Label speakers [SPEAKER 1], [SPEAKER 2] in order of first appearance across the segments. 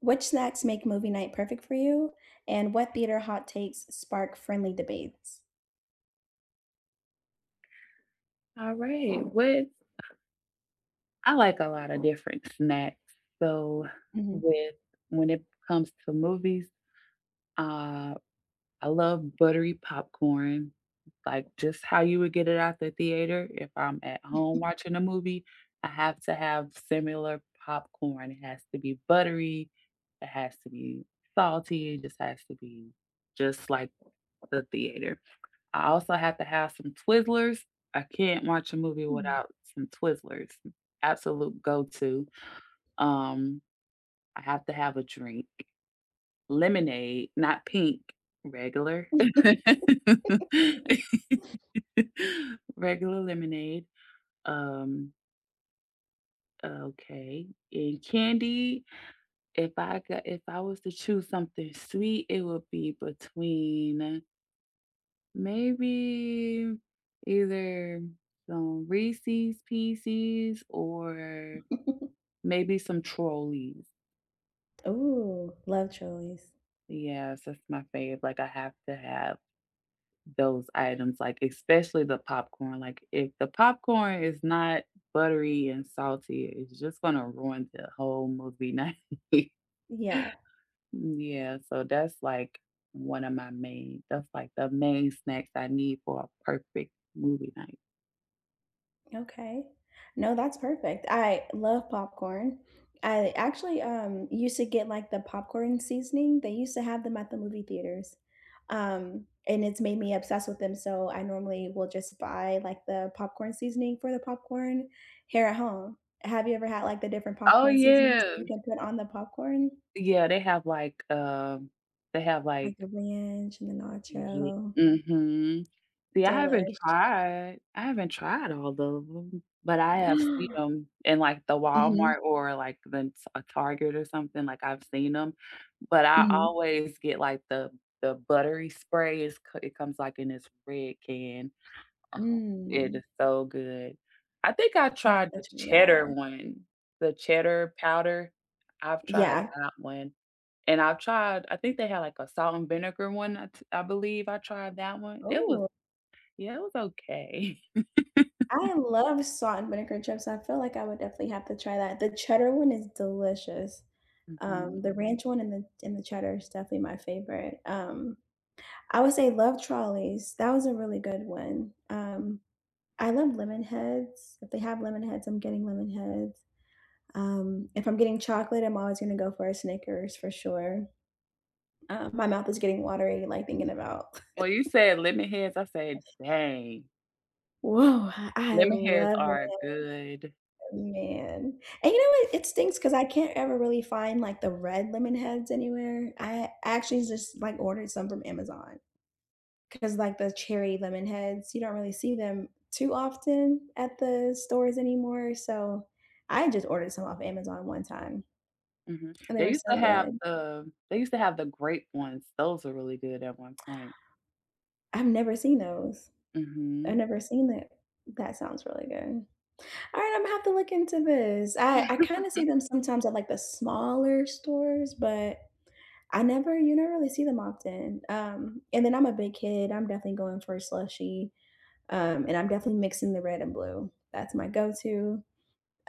[SPEAKER 1] Which snacks make movie night perfect for you? And what theater hot takes spark friendly debates?
[SPEAKER 2] All right. With I like a lot of different snacks. So
[SPEAKER 1] Mhm.
[SPEAKER 2] with when it comes to movies, uh, I love buttery popcorn, like just how you would get it out the theater. If I'm at home watching a movie, I have to have similar popcorn. It has to be buttery. It has to be salty. It just has to be just like the theater. I also have to have some Twizzlers. I can't watch a movie without some Twizzlers. Absolute go to. Um, I have to have a drink. Lemonade, not pink, regular. Regular lemonade. Um, okay. And candy, if I was to choose something sweet, it would be between maybe either some Reese's Pieces or maybe some Trolleys.
[SPEAKER 1] Ooh, love Chili's.
[SPEAKER 2] Yes, that's my fave. Like I have to have those items, like especially the popcorn. Like if the popcorn is not buttery and salty, it's just gonna ruin the whole movie night.
[SPEAKER 1] Yeah.
[SPEAKER 2] Yeah, so that's like one of my main that's like the main snacks I need for a perfect movie night.
[SPEAKER 1] Okay. No, that's perfect. I love popcorn. I actually used to get like the popcorn seasoning. They used to have them at the movie theaters. And it's made me obsessed with them, so I normally will just buy like the popcorn seasoning for the popcorn here at home. Have you ever had like the different
[SPEAKER 2] Oh
[SPEAKER 1] popcorn
[SPEAKER 2] yeah.
[SPEAKER 1] seasonings that you can put on the popcorn?
[SPEAKER 2] Yeah, they have,
[SPEAKER 1] Like
[SPEAKER 2] like
[SPEAKER 1] the ranch and the
[SPEAKER 2] ye
[SPEAKER 1] nacho.
[SPEAKER 2] mhm. See, I yeah, haven't
[SPEAKER 1] Delish.
[SPEAKER 2] tried I haven't tried all of them, but I have seen them in, like, the
[SPEAKER 1] Mhm.
[SPEAKER 2] Walmart or, like, the t a Target or something, like, I've seen them, but I
[SPEAKER 1] Mhm.
[SPEAKER 2] always get, like, the buttery spray, Is c it comes, like, in this red can. Oh, it
[SPEAKER 1] Mm.
[SPEAKER 2] is so good. I think I
[SPEAKER 1] I might
[SPEAKER 2] tried
[SPEAKER 1] have
[SPEAKER 2] the
[SPEAKER 1] to try
[SPEAKER 2] cheddar
[SPEAKER 1] that.
[SPEAKER 2] one, the cheddar powder. I've tried
[SPEAKER 1] Yeah.
[SPEAKER 2] that one, and I've tried I think they had, like, a salt and vinegar one, I believe I tried that one. It was
[SPEAKER 1] Oh.
[SPEAKER 2] yeah, it was okay.
[SPEAKER 1] I love salt and vinegar chips. I feel like I would definitely have to try that. The cheddar one is delicious.
[SPEAKER 2] Mhm.
[SPEAKER 1] The ranch one and the cheddar is definitely my favorite. I would say love trolleys, that was a really good one. I love lemon heads. If they have lemon heads, I'm getting lemon heads. If I'm getting chocolate, I'm always gonna go for a Snickers for sure. My mouth is getting watery, like, thinking about.
[SPEAKER 2] Well, you said lemon heads, I said, "Dang,
[SPEAKER 1] Whoa, I
[SPEAKER 2] lemon heads
[SPEAKER 1] love
[SPEAKER 2] are
[SPEAKER 1] lemon.
[SPEAKER 2] good."
[SPEAKER 1] Man. And you know what? It stinks because I can't ever really find like the red lemon heads anywhere. I actually just like ordered some from Amazon because like the cherry lemon heads, you don't really see them too often at the stores anymore. So I just ordered some off Amazon one time
[SPEAKER 2] Mhm.
[SPEAKER 1] and they were so good.
[SPEAKER 2] They used to have the grape ones. Those were really good at one point.
[SPEAKER 1] I've never seen those. I've
[SPEAKER 2] Mhm.
[SPEAKER 1] never seen that. That sounds really good. All right, I'm gonna have to look into this. I kind of see them sometimes at like the smaller stores, but I never you never really see them often. And then I'm a big kid. I'm definitely going for a slushie. And I'm definitely mixing the red and blue. That's my go-to.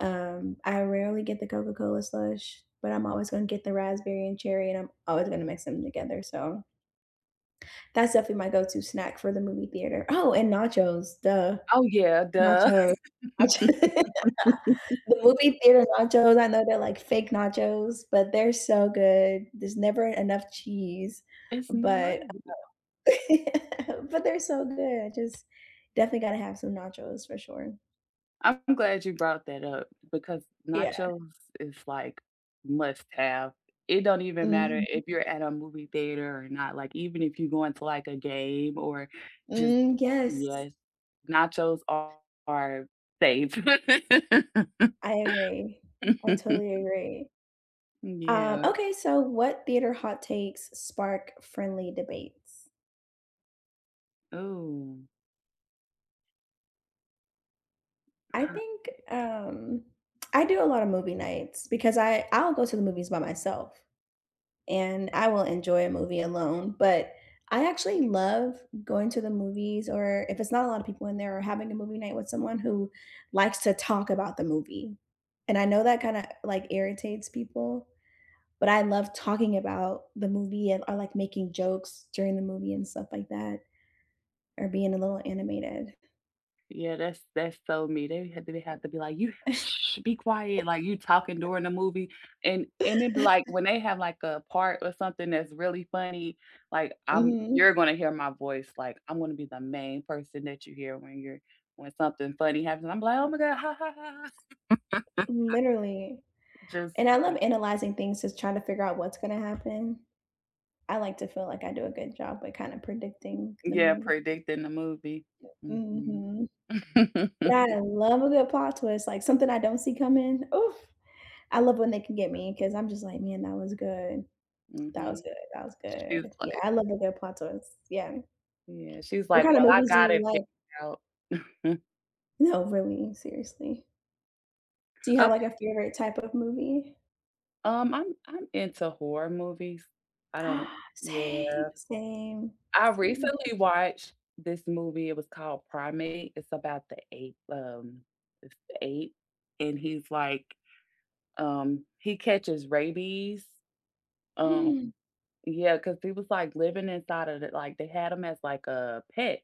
[SPEAKER 1] I rarely get the Coca-Cola slush, but I'm always going to get the raspberry and cherry, and I'm always going to mix them together. So that's definitely my go-to snack for the movie theater. Oh, and nachos, duh,
[SPEAKER 2] Oh, yeah, duh.
[SPEAKER 1] nachos. Nachos. The movie theater nachos, I know they're like fake nachos, but they're so good. There's never enough cheese,
[SPEAKER 2] It's never
[SPEAKER 1] but but they're so good. I just definitely gotta have some nachos for sure.
[SPEAKER 2] I'm glad you brought that up because
[SPEAKER 1] Yeah.
[SPEAKER 2] nachos is like must have. It don't even matter
[SPEAKER 1] Mhm.
[SPEAKER 2] if you're at a movie theater or not. Like even if you go into like a game or just
[SPEAKER 1] Mm, yes.
[SPEAKER 2] yes, nachos are safe.
[SPEAKER 1] I agree. I totally agree.
[SPEAKER 2] Yeah.
[SPEAKER 1] Okay, so what theater hot takes spark friendly debates?
[SPEAKER 2] Oh.
[SPEAKER 1] I think, I do a lot of movie nights because I'll go to the movies by myself, and I will enjoy a movie alone, but I actually love going to the movies or if it's not a lot of people in there or having a movie night with someone who likes to talk about the movie. And I know that kinda, like, irritates people, but I love talking about the movie and or, like, making jokes during the movie and stuff like that or being a little animated.
[SPEAKER 2] Yeah, that's so me. They have to be like, "You shh, be quiet," like, you talking during the movie, and it'd be like when they have, like, a part or something that's really funny, like, I'm
[SPEAKER 1] Mhm.
[SPEAKER 2] you're gonna hear my voice, like, I'm gonna be the main person that you hear when you're when something funny happens, I'm like, "Oh my god, ha, ha, ha, ha,"
[SPEAKER 1] Literally.
[SPEAKER 2] just
[SPEAKER 1] And I love
[SPEAKER 2] like
[SPEAKER 1] analyzing things, just trying to figure out what's gonna happen. I like to feel like I do a good job at kinda predicting the
[SPEAKER 2] yeah,
[SPEAKER 1] movie.
[SPEAKER 2] predicting the movie. Mhm.
[SPEAKER 1] Mhm.
[SPEAKER 2] Mhm.
[SPEAKER 1] But I love a good plot twist, like, something I don't see coming. Oof. I love when they can get me because 'cause I'm just like, "Man, that was good. That was good. That was
[SPEAKER 2] She's
[SPEAKER 1] good." Yeah,
[SPEAKER 2] like
[SPEAKER 1] I love a good plot twist. Yeah.
[SPEAKER 2] yeah, she's
[SPEAKER 1] What
[SPEAKER 2] like,
[SPEAKER 1] kind of
[SPEAKER 2] "Well, I
[SPEAKER 1] movies do
[SPEAKER 2] got
[SPEAKER 1] you
[SPEAKER 2] it
[SPEAKER 1] like?
[SPEAKER 2] figured out."
[SPEAKER 1] No, really, seriously. Do you have, like, a favorite type of movie?
[SPEAKER 2] I'm into horror movies. I don't yeah.
[SPEAKER 1] Same, same,
[SPEAKER 2] I
[SPEAKER 1] same.
[SPEAKER 2] recently watched this movie, it was called Primate. It's about the ape, it's the ape, and he catches rabies. Um,
[SPEAKER 1] Mm.
[SPEAKER 2] yeah, because he was like living inside of it, like they had him as like a pet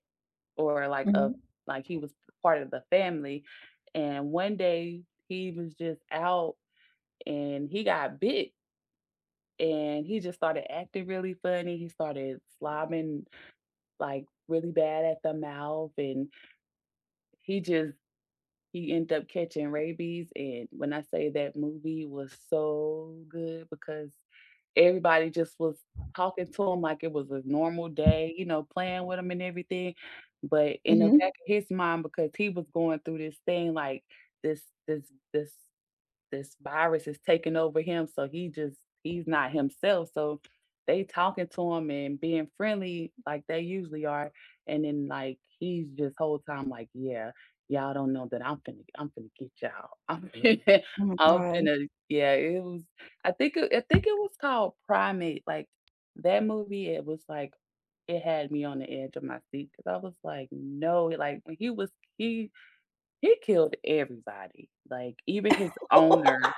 [SPEAKER 2] or like a
[SPEAKER 1] Mhm.
[SPEAKER 2] like he was part of the family. And one day he was just out and he got bit and he just started acting really funny. He started slobbing like really bad at the mouth, and he just he ended up catching rabies. And when I say that movie was so good because everybody just was talking to him like it was a normal day, you know, playing with him and everything. But in the
[SPEAKER 1] Mhm.
[SPEAKER 2] back of his mind, because he was going through this thing like this this this this virus is taking over him, so he just he's not himself, so they talking to him and being friendly like they usually are, and then, like, he's just whole time like, "Yeah, y'all don't know that I'm finna get y'all.
[SPEAKER 1] Oh my
[SPEAKER 2] I'm
[SPEAKER 1] god.
[SPEAKER 2] finna" Yeah, it was I think it was called Primate, like, that movie, it was like it had me on the edge of my seat because I was like, "No," like, when he was he he killed everybody, like, even his owner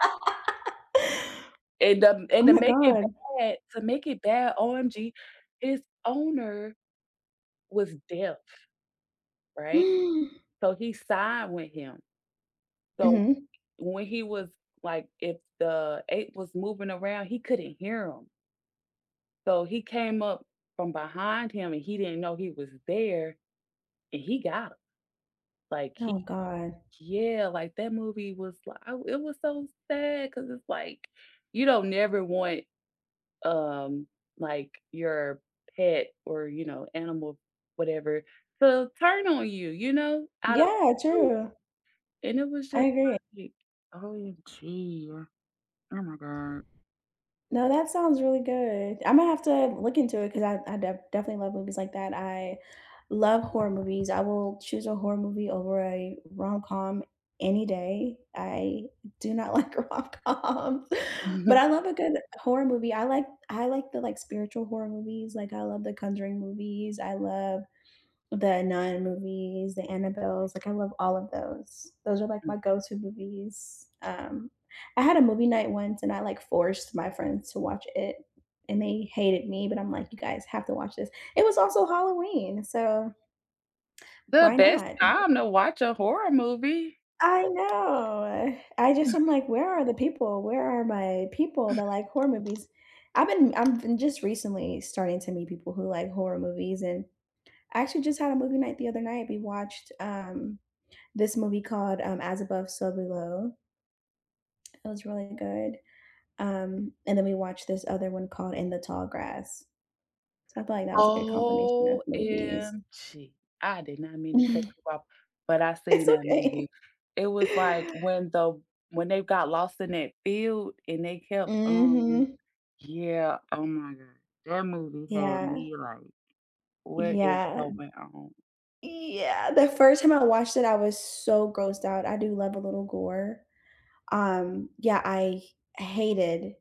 [SPEAKER 2] and
[SPEAKER 1] Oh my god.
[SPEAKER 2] to make it bad, OMG, his owner was deaf, right? So he signed with him. So
[SPEAKER 1] Mhm.
[SPEAKER 2] when he was like, if the ape was moving around, he couldn't hear him. So he came up from behind him and he didn't know he was there and he got him. Like he
[SPEAKER 1] Oh god.
[SPEAKER 2] yeah, like that movie was like, it was so sad because it's like, you don't never want um, like your pet or, you know, animal, whatever, to turn on you, you know, out of
[SPEAKER 1] Yeah,
[SPEAKER 2] the blue.
[SPEAKER 1] true.
[SPEAKER 2] And it was
[SPEAKER 1] I
[SPEAKER 2] just
[SPEAKER 1] agree.
[SPEAKER 2] like, OMG. Oh my God.
[SPEAKER 1] No, that sounds really good. Imma have to look into it because I def definitely love movies like that. I love horror movies. I will choose a horror movie over a rom-com any day. I do not like rom-coms, but I love a good horror movie. I like the, like, spiritual horror movies, like, I love The Conjuring movies. I love the Nun movies, the Annabelles. Like I love all of those. Those are like my go-to movies. I had a movie night once, and I like forced my friends to watch it, and they hated me. But I'm like, you guys have to watch this. It was also Halloween, so
[SPEAKER 2] The
[SPEAKER 1] why
[SPEAKER 2] best
[SPEAKER 1] not?
[SPEAKER 2] time to watch a horror movie.
[SPEAKER 1] I know. I'm like, where are the people? Where are my people that like horror movies? I've been just recently starting to meet people who like horror movies, and I actually just had a movie night the other night. We watched this movie called As Above, So Below. It was really good. And then we watched this other one called In the Tall Grass. So I feel like that was a good combination of movies.
[SPEAKER 2] OMG. I did not mean to cut
[SPEAKER 1] It's
[SPEAKER 2] you off, but I seen that movie.
[SPEAKER 1] okay.
[SPEAKER 2] It was like when the when they got lost in that field and they kept
[SPEAKER 1] Mhm.
[SPEAKER 2] yeah, oh my god. That movie had
[SPEAKER 1] Yeah.
[SPEAKER 2] me like, what is
[SPEAKER 1] Yeah.
[SPEAKER 2] going on?
[SPEAKER 1] Yeah. The first time I watched it, I was so grossed out. I do love a little gore. Um, yeah, I hated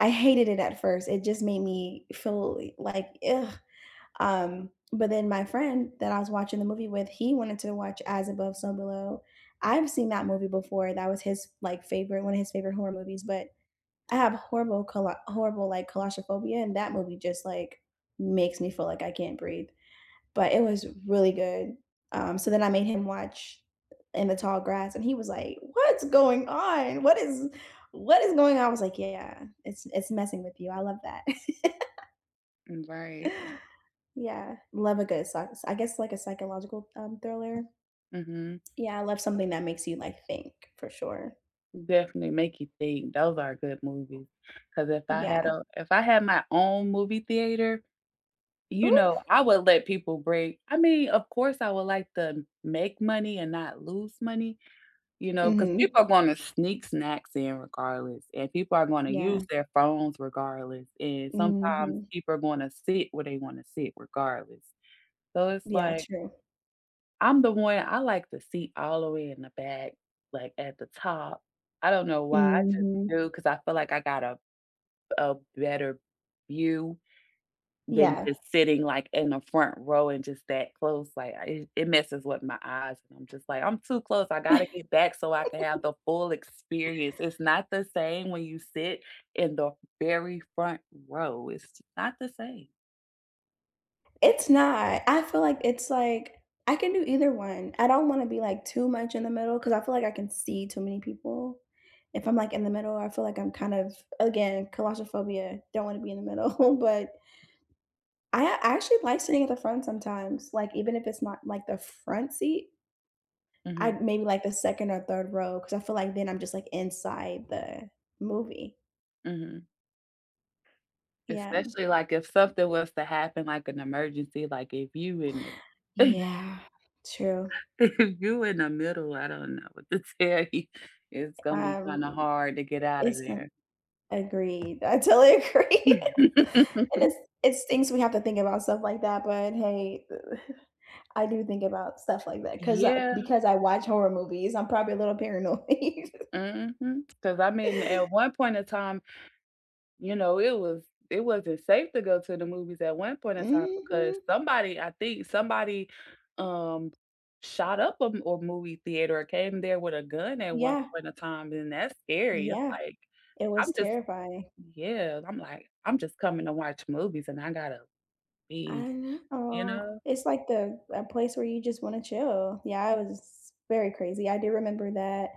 [SPEAKER 1] I hated it at first. It just made me feel like, ugh. But then my friend that I was watching the movie with, he wanted to watch As Above, So Below. I've seen that movie before. That was his like favorite, one of his favorite horror movies. But I have horrible, horrible like claustrophobia, and that movie just like makes me feel like I can't breathe. But it was really good. So then I made him watch In the Tall Grass, and he was like, "What's going on? What is going on?" I was like, "Yeah, it's messing with you. I love that."
[SPEAKER 2] Right.
[SPEAKER 1] Yeah, love a good psych, I guess, like, a psychological, thriller.
[SPEAKER 2] Mhm.
[SPEAKER 1] Yeah, I love something that makes you, like, think for sure.
[SPEAKER 2] Definitely make you think. Those are good movies. Cause
[SPEAKER 1] Yeah.
[SPEAKER 2] if I had my own movie theater, you know,
[SPEAKER 1] Oof.
[SPEAKER 2] I would let people break I mean, of course, I would like to make money and not lose money, you know, cause
[SPEAKER 1] Mhm.
[SPEAKER 2] people are gonna sneak snacks in regardless, and people are gonna use
[SPEAKER 1] Yeah.
[SPEAKER 2] their phones regardless, and sometimes
[SPEAKER 1] Mhm.
[SPEAKER 2] people are gonna sit where they wanna sit regardless. So it's
[SPEAKER 1] Yeah,
[SPEAKER 2] like,
[SPEAKER 1] true.
[SPEAKER 2] I like the seat all the way in the back, like, at the top. I don't know why, I just
[SPEAKER 1] Mhm.
[SPEAKER 2] do because I feel like I got a better view than
[SPEAKER 1] Yeah.
[SPEAKER 2] just sitting, like, in the front row and just that close, like, I it messes with my eyes, and I'm just like, "I'm too close, I gotta get back so I can have the full experience." It's not the same when you sit in the very front row, it's not the same. It's
[SPEAKER 1] It's
[SPEAKER 2] n
[SPEAKER 1] not. I feel like it's like I can do either one. I don't wanna be, like, too much in the middle because I feel like I can see too many people. If I'm, like, in the middle, I feel like I'm kind of, again, claustrophobia, don't wanna be in the middle, but I actually like sitting at the front sometimes, like, even if it's not, like, the front seat,
[SPEAKER 2] mhm.
[SPEAKER 1] I'd maybe, like, the 2nd or 3rd row because I feel like then I'm just, like, inside the movie.
[SPEAKER 2] Mhm.
[SPEAKER 1] Yeah.
[SPEAKER 2] Especially, like, if something was to happen, like an emergency, like, if you in the
[SPEAKER 1] Yeah, true.
[SPEAKER 2] if you in the middle, I don't know what to tell you. It's gonna be kinda
[SPEAKER 1] Um,
[SPEAKER 2] hard to get out of
[SPEAKER 1] it's not
[SPEAKER 2] there.
[SPEAKER 1] agreed. I totally agree. And it's things we have to think about stuff like that, but hey, I do think about stuff like that
[SPEAKER 2] Yeah,
[SPEAKER 1] because I watch horror movies, I'm probably a little paranoid.
[SPEAKER 2] because I mean, at one point in time, you know, it was it wasn't safe to go to the movies at one point in time because
[SPEAKER 1] Mhm.
[SPEAKER 2] somebody I think somebody, um, shot up a movie theater or came there with a gun at one
[SPEAKER 1] Yeah.
[SPEAKER 2] point in time, and that's scary. It's
[SPEAKER 1] Yeah.
[SPEAKER 2] like
[SPEAKER 1] It
[SPEAKER 2] I'm
[SPEAKER 1] was
[SPEAKER 2] just
[SPEAKER 1] terrifying.
[SPEAKER 2] yeah, I'm like, I'm just coming to watch movies and I gotta be,
[SPEAKER 1] I
[SPEAKER 2] you
[SPEAKER 1] know.
[SPEAKER 2] know?
[SPEAKER 1] It's like the a place where you just wanna chill. Yeah, it was very crazy. I do remember that.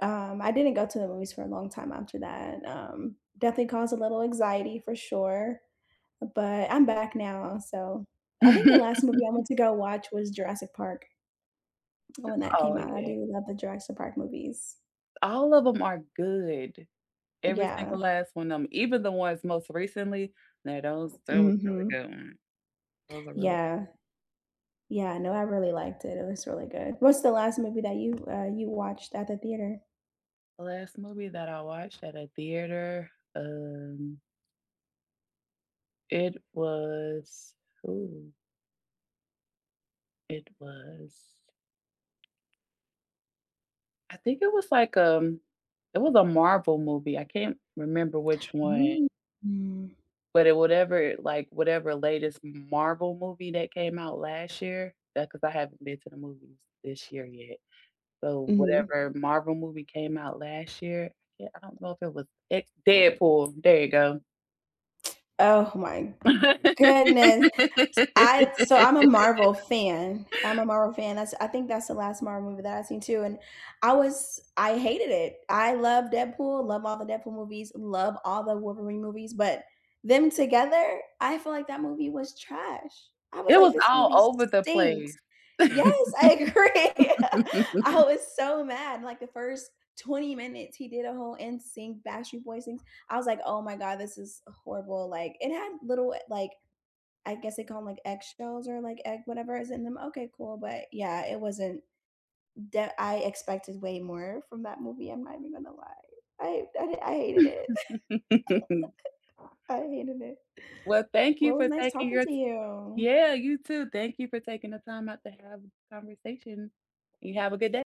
[SPEAKER 1] I didn't go to the movies for a long time after that. Definitely caused a little anxiety for sure, but I'm back now, so I think the last movie I went to go watch was Jurassic Park when that
[SPEAKER 2] Oh,
[SPEAKER 1] came out. I
[SPEAKER 2] yeah.
[SPEAKER 1] do love the Jurassic Park movies.
[SPEAKER 2] All of them are good. Every single
[SPEAKER 1] Yeah.
[SPEAKER 2] last one of them, even the ones most recently, now those that was really
[SPEAKER 1] Mhm.
[SPEAKER 2] good one. Those are really
[SPEAKER 1] Yeah. Yeah, no, I really liked it. It was really good. What's the last movie that you, you watched at the theater?
[SPEAKER 2] the last movie that I watched at a theater, um, it was ooh, it was I think it was like, it was a Marvel movie, I can't remember which one.
[SPEAKER 1] Mm. Mm.
[SPEAKER 2] But it whatever like, whatever latest Marvel movie that came out last year thats because I haven't been to the movies this year yet. So,
[SPEAKER 1] Mhm.
[SPEAKER 2] whatever Marvel movie came out last year, yeah, I don't know if it was X Deadpool, there you go.
[SPEAKER 1] Oh my goodness. I'm a Marvel fan. I'm a Marvel fan. That's I think that's the last Marvel movie that I've seen too. And I hated it. I love Deadpool, love all the Deadpool movies, love all the Wolverine movies, but them together, I feel like that movie was trash. I was
[SPEAKER 2] It
[SPEAKER 1] like,
[SPEAKER 2] was
[SPEAKER 1] this
[SPEAKER 2] all
[SPEAKER 1] movie
[SPEAKER 2] over the
[SPEAKER 1] stinks.
[SPEAKER 2] place.
[SPEAKER 1] Yes, I agree. I was so mad. Like the first 20 minutes, he did a whole in sync Backstreet Boys things. I was like, oh my god, this is horrible. Like it had little like I guess they call them like, eggshells or, like, egg whatever is in them. Okay, cool, but yeah, it wasn't that. I expected way more from that movie, I'm not even gonna lie. I hated it. I hated it.
[SPEAKER 2] Well, thank you
[SPEAKER 1] Well, it was
[SPEAKER 2] for
[SPEAKER 1] nice
[SPEAKER 2] taking
[SPEAKER 1] talking
[SPEAKER 2] your t
[SPEAKER 1] to you.
[SPEAKER 2] yeah, you too. Thank you for taking the time out to have a conversation. You have a good day.